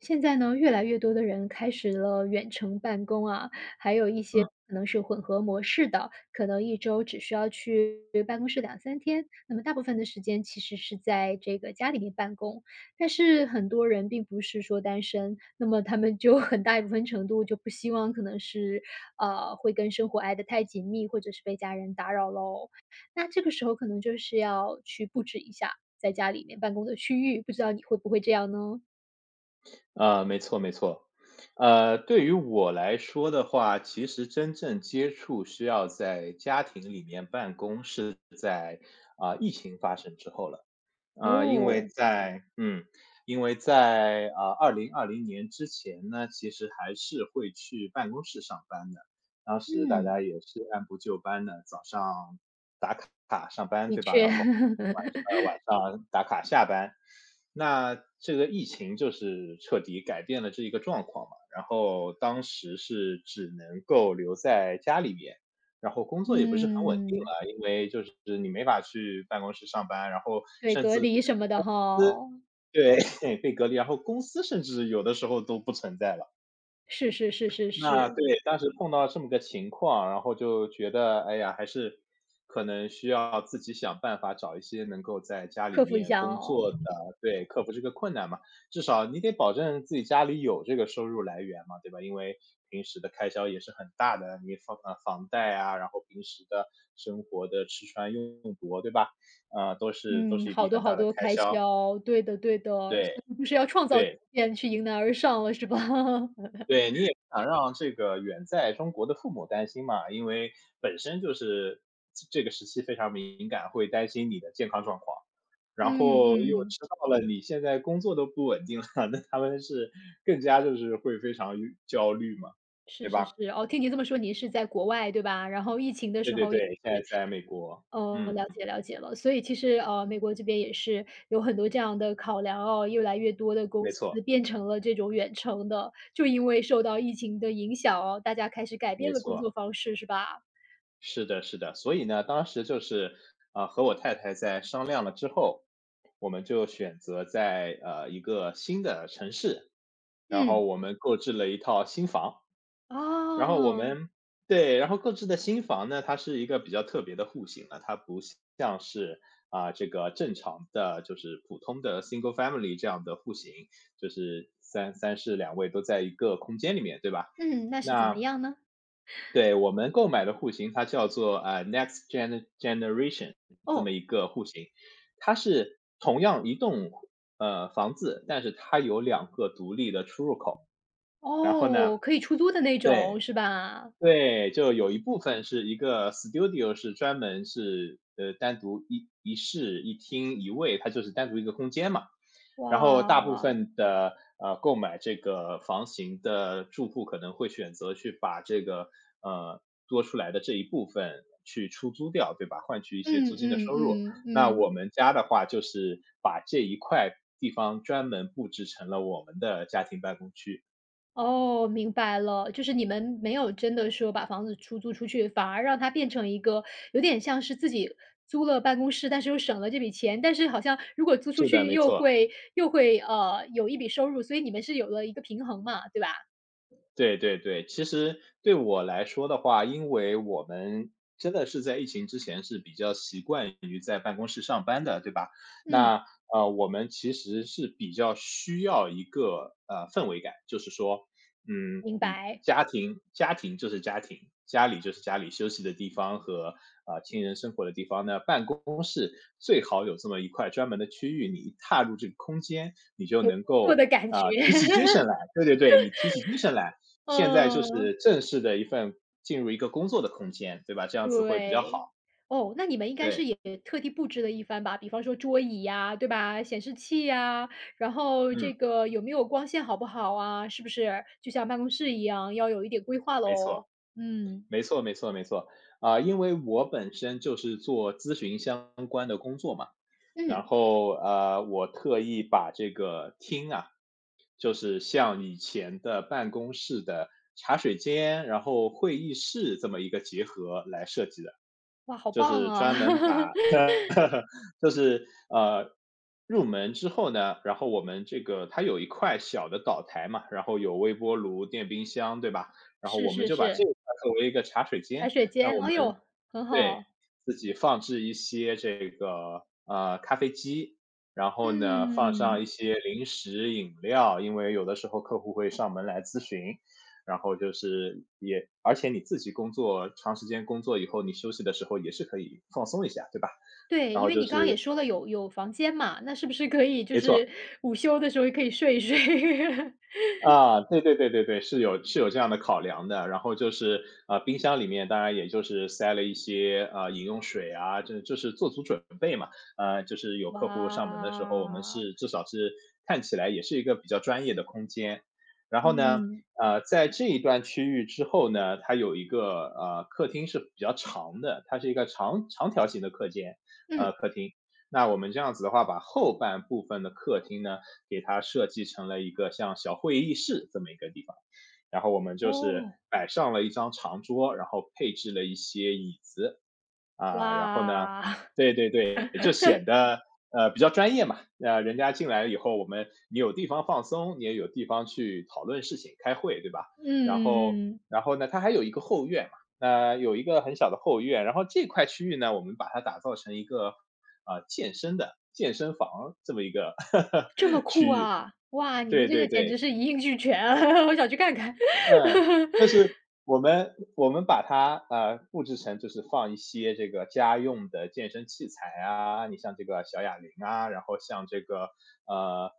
现在呢，越来越多的人开始了远程办公啊，还有一些嗯，可能是混合模式的，可能一周只需要去办公室两三天，那么大部分的时间其实是在这个家里面办公。但是很多人并不是说单身，那么他们就很大一部分程度就不希望可能是会跟生活挨得太紧密，或者是被家人打扰喽。那这个时候可能就是要去布置一下在家里面办公的区域，不知道你会不会这样呢？啊，没错没错。对于我来说的话，其实真正接触需要在家庭里面办公是在，疫情发生之后了。呃，因为哦，在嗯，因为在2020年之前呢，其实还是会去办公室上班的。当时大家嗯，也是按部就班的，早上打卡上班，的对吧？确，然后晚 晚上打卡下班。那这个疫情就是彻底改变了这一个状况嘛，然后当时是只能够留在家里面。然后工作也不是很稳定嗯，了，因为就是你没法去办公室上班，然后对，甚至隔甚离什至么的公司哈，对 被隔离，然后公司甚至有的时候都不存在了。是是是是那对，是，当时碰到这么个情况，然后就觉得，哎呀，还是可能需要自己想办法找一些能够在家里克服一面下工哦。作的对，克服这个困难嘛。至少你得保证自己家里有这个收入来源嘛，对吧？因为平时的开销也是很大的，你房贷啊，然后平时的生活的吃穿用度，对吧？都是都嗯，是一好笔多很好大的多开开销，销，对的对的，对，所以就是要创造条对。件去迎难而上了，是吧？对，你也不想让这个远在中国的父母担心嘛，因为本身就是这个时期非常敏感，会担心你的健康状况。嗯然后又嗯，知道了你现在工作都不稳定了，那他们是更加就是会非常郁焦虑嘛，是对是吧？是，哦，听您这么说，您是在国外对吧？然后疫情的对时对候也对，现在是在美国，哦，嗯，了解了解了。所以其实，美国这边也是有很多这样的考量哦，越来越多的公没错，司变成了这种远程的，就因为受到疫情的影响哦，大家开始改变没了工错。作方式是吧？是的，是的，所以呢，当时就是，和我太太在商量了之后，我们就选择在一个新的城市，然后嗯，我们购置了一套新房，然后我哦，们对，然后购置的新房呢，它是一个比较特别的户型了，它不像是这个正常的就是普通的 single family 这样的户型，就是三室两卫都在一个空间里面，对吧？嗯，那是怎么那样呢？对，我们购买的户型，它叫做Next Gen Generation 这么哦，一个户型，它是同样一栋房子，但是它有两个独立的出入口。然后呢，哦，可以出租的那对种是吧？对，就有一部分是一个 studio，是专门是单独一室一厅一卫，它就是单独一个空间嘛。然后大部哇，分的购买这个房型的住户可能会选择去把这个呃多出来的这一部分去出租掉，对吧？换取一些租嗯金的嗯收入。嗯那嗯。我们家的话，就是把这一块地方专门布置成了我们的家庭办公区。哦，明白了，就是你们没有真的说把房子出租出去，反而让它变成一个有点像是自己租了办公室，但是又省了这笔钱，但是好像如果租出是的，去没又错。会有一笔收入，所以你们是有了一个平衡嘛，对吧？对对对，其实对我来说的话，因为我们真的是在疫情之前是比较习惯于在办公室上班的，对吧？嗯，那我们其实是比较需要一个氛围感，就是说，嗯，明你白，家庭就是家庭，家里就是家里休息的地方和呃地方呢，办公室最好有这么一块专门的区域，你一踏入这个空间，你就有能工作够的感觉，提起精 神来。对对对，你提起精神来，现在就嗯。是正式的一份进入一个工作的空间，对吧？这样子会比较对，好。哦，那你们应该是对，也特地布置了一番吧？比方说桌椅呀，对吧？显示器呀，然后嗯，这个有没有光线好不好啊？是不是就像办公室一样，要有一点规划没错。喽？嗯没错，没错，没错。因为我本身就是做咨询相关的工作嘛，嗯，然后我特意把这个厅啊，就是像以前的办公室的茶水间，然后会议室这么一个结合来设计的，哇，好就棒是啊！专门把，就是入门之后呢，然后我们这个它有一块小的岛台嘛，然后有微波炉、电冰箱，对吧？然后是我们是就把这是，一块作为一个茶水茶间，水那我间，们哎呦，很对，好。自己放置一些这个，咖啡机，然后呢，放嗯，上一些零食饮料，因为有的时候客户会上门来咨询，然后就是也而且你自己工作长时间工作以后，你休息的时候也是可以放松一下，对吧？对，然因后为就你刚刚也是说了有房间嘛，那是不是可以就没错。是午休的时候也可以睡一睡？啊，对对对对对，是有是有这样的考量的。然后就是，冰箱里面当然也就是塞了一些，饮用水啊，这就是做足准备嘛。就是有客户上门的时候，我们哇，是至少是看起来也是一个比较专业的空间。然后呢，嗯在这一段区域之后呢，它有一个，客厅是比较长的，它是一个长条形的课间呃，嗯。客厅。那我们这样子的话，把后半部分的客厅呢，给它设计成了一个像小会议室这么一个地方。然后我们就是哦，摆上了一张长桌，然后配置了一些椅子啊，然后呢，哇，对对对，就显得比较专业嘛。那人家进来了以后，你有地方放松，你也有地方去讨论事情、开会，对吧？然后，嗯，然后呢，它还有一个后院嘛，那有一个很小的后院，然后这块区域呢，我们把它打造成一个健身房这么一个 这么 酷区域。啊！哇，你们对这对个简直对，是一应俱全，我想去看看。嗯，但是 我们把它，布置成就是放一些这个家用的健身器材啊，你像这个小哑铃啊，然后像这个，呃，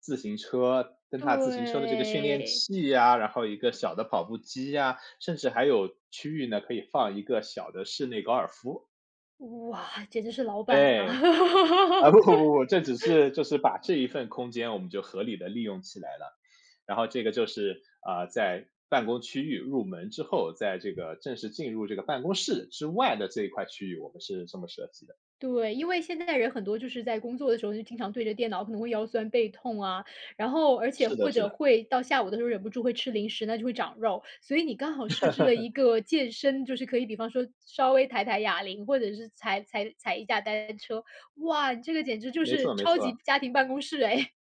自行车蹬踏自行车的这个训练对，器呀，然后一个小的跑步机呀，甚至还有区域呢，可以放一个小的室内高尔夫。哇，简直是老板啊！哎。啊，不不不，不，这只是就是把这一份空间我们就合理的利用起来了。然后这个就是，在办公区域入门之后，在这个正式进入这个办公室之外的这一块区域，我们是这么设计的。对，因为现在人很多就是在工作的时候就经常对着电脑，可能会腰酸背痛啊，然后而且是的或是的，者会到下午的时候忍不住会吃零食，那就会长肉。所以你刚好设置了一个健身，就是可以比方说稍微抬抬哑铃，或者是踩踩一下单车，哇，你这个简直就没是错没超级错。家庭办公室哎。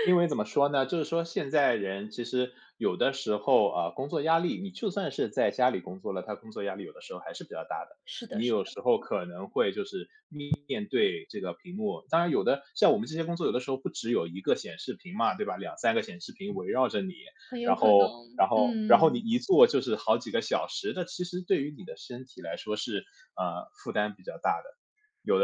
因为怎么说呢，就是说现在人其实有的时候啊，工作压力，你就算是在家里工作了，他工作压力有的时候还是比较大的。是的，你是有的，时候可能会就是面对这个屏幕，当然有的像我们这些工作，有的时候不只有一个显示屏嘛，对吧两三个显示屏围绕着你，很然有可能，后然后你嗯，一坐就是好几个小时，那其实对于你的身体来说是，负担比较大的。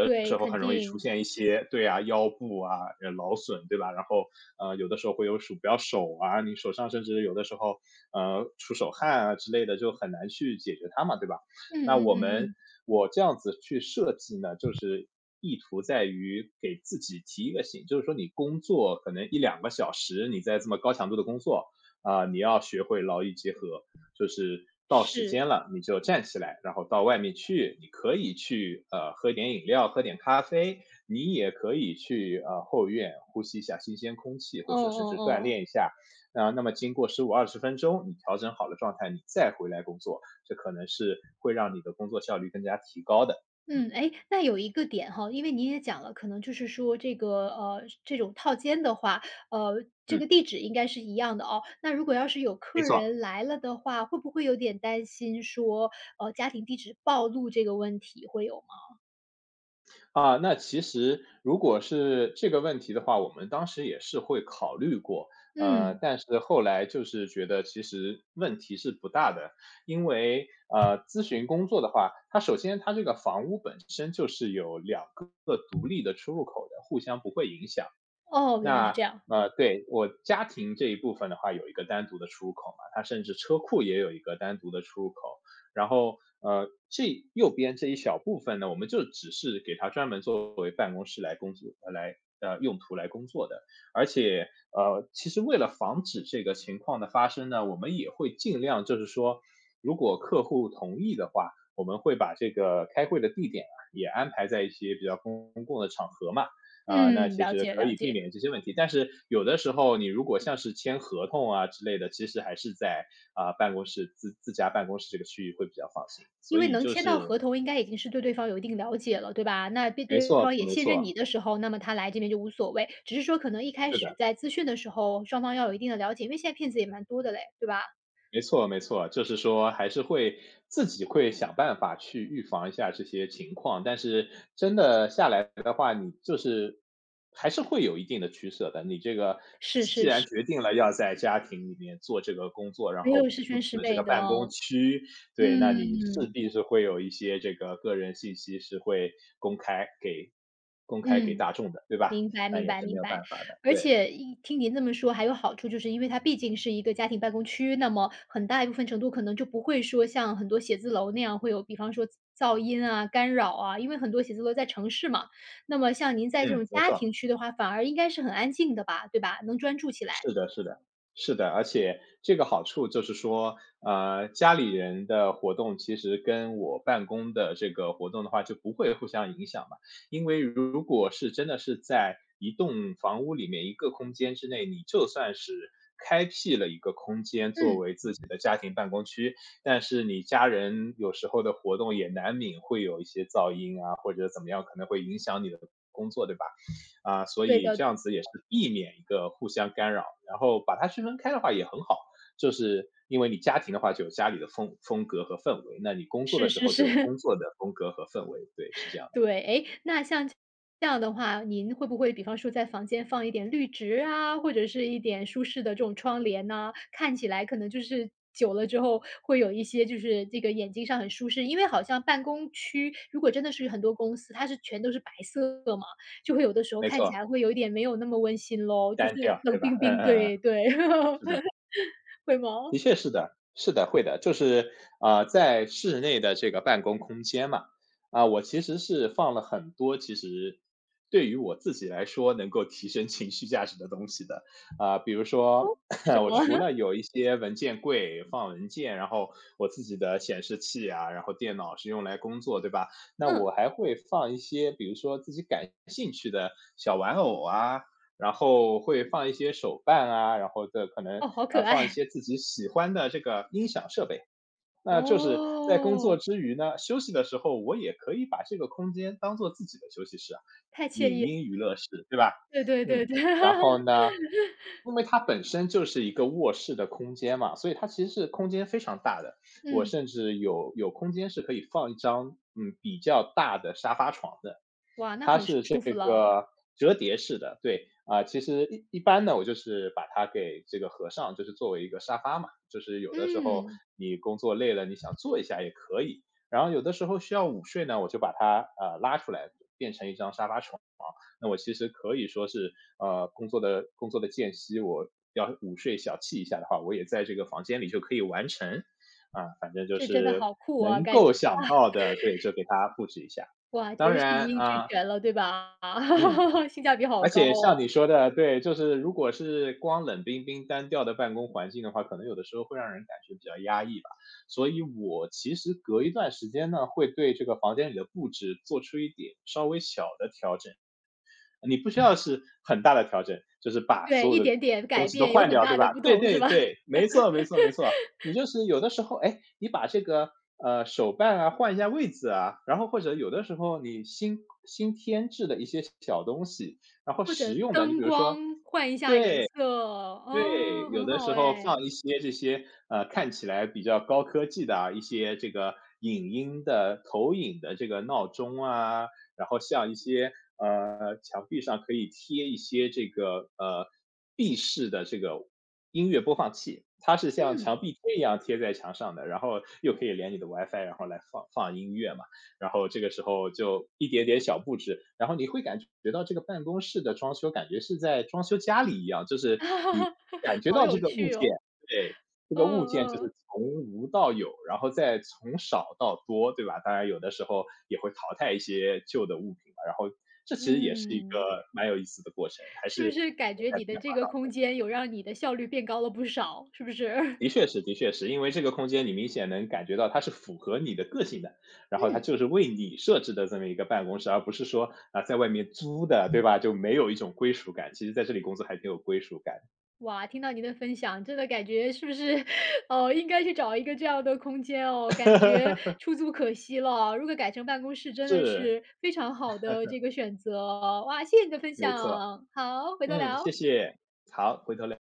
对，时候肯很容易出定，现一些对啊，腰部啊，劳损，对吧？然后，有的时候会有鼠标手啊，你手上甚至有的时候，出手汗啊之类的，就很难去解决它嘛，对吧？嗯那嗯嗯嗯，嗯我这样子去设计呢，就是意图在于给自己提一个醒，就是说你工作可能一两个小时，你在这么高强度的工作，你要学会劳逸结合。就是到时是，间了，你就站起来，然后到外面去。你可以去喝点饮料，喝点咖啡，你也可以去后院呼吸一下新鲜空气，或哦者甚哦至锻哦。炼一下。那么经过15、20分钟，你调整好了状态，你再回来工作，这可能是会让你的工作效率更加提高的。嗯，哎，那有一个点哈，因为你也讲了，可能就是说这个，这种套间的话，这嗯，个地址应该是一样的哦。那如果要是有没客错。人来了的话，会不会有点担心说，家庭地址暴露这个问题会有吗？啊，那其实如果是这个问题的话，我们当时也是会考虑过，嗯，但是后来就是觉得其实问题是不大的。因为咨询工作的话，它首先它这个房屋本身就是有两个独立的出入口的，互相不会影响。哦，原来是那这样。对我家庭这一部分的话，有一个单独的出入口嘛，它甚至车库也有一个单独的出入口。然后这右边这一小部分呢，我们就只是给它专门作为办公室来工作用途来工作的。而且其实为了防止这个情况的发生呢，我们也会尽量就是说，如果客户同意的话，我们会把这个开会的地点啊也安排在一些比较公共的场合嘛。啊、那嗯，其了实解可了以避解。免这些问题。但是有的时候，你如果像是签合同啊之类的，其实还是在啊、办公室自家办公室这个区域会比较放心。因所为以能就签到是合同，应该已经是对对方有一定了解了，对吧？那对对方也没信任错，你的时候，那么他来这边就无所谓。只是说可能一开是始的。在咨询的时候，双方要有一定的了解，因为现在骗子也蛮多的嘞，对吧？没错没错，就是说还是会自己会想办法去预防一下这些情况，但是真的下来的话，你就是还是会有一定的取舍的。你这个是既是然是，决定了要在家庭里面做这个工作，然没后有十布全置十了这美个的办公哦，区，对，那你势嗯，必是会有一些这个个人信息是会公开给公开给嗯。大众的，对吧？明白那明也白是没明有白，办法的，而对，且一听您这么说，还有好处，就是因为它毕竟是一个家庭办公区，那么很大一部分程度可能就不会说像很多写字楼那样会有，比方说噪音啊、干扰啊，因为很多写字楼在城市嘛。那么像您在这嗯，种没家错。庭区的话，反而应该是很安静的吧，对吧？能专注起来。是的，是的，是的。而且这个好处就是说，家里人的活动其实跟我办公的这个活动的话就不会互相影响嘛。因为如果是真的是在一栋房屋里面一个空间之内，你就算是开辟了一个空间作嗯，为自己的家庭办公区，但是你家人有时候的活动也难免会有一些噪音啊，或者怎么样，可能会影响你的工作，对吧？啊，所对以的，对这样子也是避免一个互相干扰，然后把它区分开的话也很好，就是因为你家庭的话就有家里的风格和氛围，那你工作的是时是候就有是。工作的风格和氛围，对，是这样的，对，诶，那像这样的话，您会不会比方说在房间放一点绿植啊，或者是一点舒适的这种窗帘呐，看起来可能就是久了之后会有一些就是这个眼睛上很舒适。因为好像办公区，如果真的是很多公司，它是全都是白色嘛，就会有的时候没看起错，来会有一点没有那么温馨咯，就是单调，冷对吧？冰嗯冰，嗯嗯，对对，是的。会吗？的确是的，是的，会的，就是啊，在室内的这个办公空间嘛，啊、我其实是放了很多，其实对于我自己来说能够提升情绪价值的东西的。啊、比如说 是什 我么？除 了有一些文件柜放文件，然后我自己的显示器啊，然后电脑是用来工作，对吧？那我嗯，还会放一些，比如说自己感兴趣的小玩偶啊，然后会放一些手办啊，然后的可能哦，好可放一爱，些自己喜欢的这个音响设备。那就是在工作哦，之余呢，休息的时候，我也可以把这个空间当做自己的休息室啊太惬影意了，音娱乐室，对吧？对对嗯，对对，然 后呢，因为它本身就是一个卧室的空间嘛，所以它其实是空间非常大的。我嗯。甚至有空间是可以放一张嗯比较大的沙发床的。哇，那它很是这舒服了。个折叠式的，对。啊，其实一般呢，我就是把它给这个合上，就是作为一个沙发嘛，就是有的时候嗯，你工作累了，你想坐一下也可以，然后有的时候需要午睡呢，我就把它拉出来，变成一张沙发床。那我其实可以说是工作的间隙，我要午睡小憩一下的话，我也在这个房间里就可以完成。啊，反正就这真的是好酷啊，能感觉够想到的，对，就给它布置一下。哇，简当直是然一应俱啊、全了，对吧？嗯，性价比好而高且哦。像你说的，对，就是如果是光冷冰冰单调的办公环境的话，可能有的时候会让人感觉比较压抑吧。所以我其实隔一段时间呢，会对这个房间里的布置做出一点稍微小的调整。你不需要是很大的调整，就是把所对，有一的点点东改西都变有换很掉，对大的吧？不对同是对吧？对，没错没错没错。你就是有的时候，哎，你把这个手办啊换一下位置啊，然后或者有的时候你新添置的一些小东西，然后或实者用的，你比灯如说光换一下颜色，对，哦，有很的好时候哎。放一些这些，看起来比较高科技的啊，一些这个影音的投影的这个闹钟啊，然后像一些，墙壁上可以贴一些这个，壁式的这个音乐播放器，它是像嗯，墙壁贴一样贴在墙上的，然后又可以连你的 WiFi，然后来放音乐嘛。然后这个时候就一点点小布置，然后你会感觉到这个办公室的装修感觉是在装修家里一样，就是你 感觉好到这有个物趣件，哦。对，这个物嗯件就是嗯，从无到有，然后再从少到多，对吧？当然有的时候也会淘汰一些旧的物品嘛，然后这其实也是一嗯，个蛮有意思的过程，还是是不是感觉在你变的这个空间有让你的效率变高了不少，是不是？的 确是，的确是，因为这个空间你明显能感觉到它是符合你的个性的，然后它嗯。就是为你设置的这么一个办公室，而不是说啊、在外面租的，对吧？就没有一种归属感。其实在这里工作还挺有归属感的。哇，听到您的分享，真的感觉是不是，应该去找一个这样的空间哦，感觉 出租可惜了，如果改成办公室真的是，是非常好的这个选择哦。哇，谢谢你的分没错，享，好，回头嗯，谢聊。谢。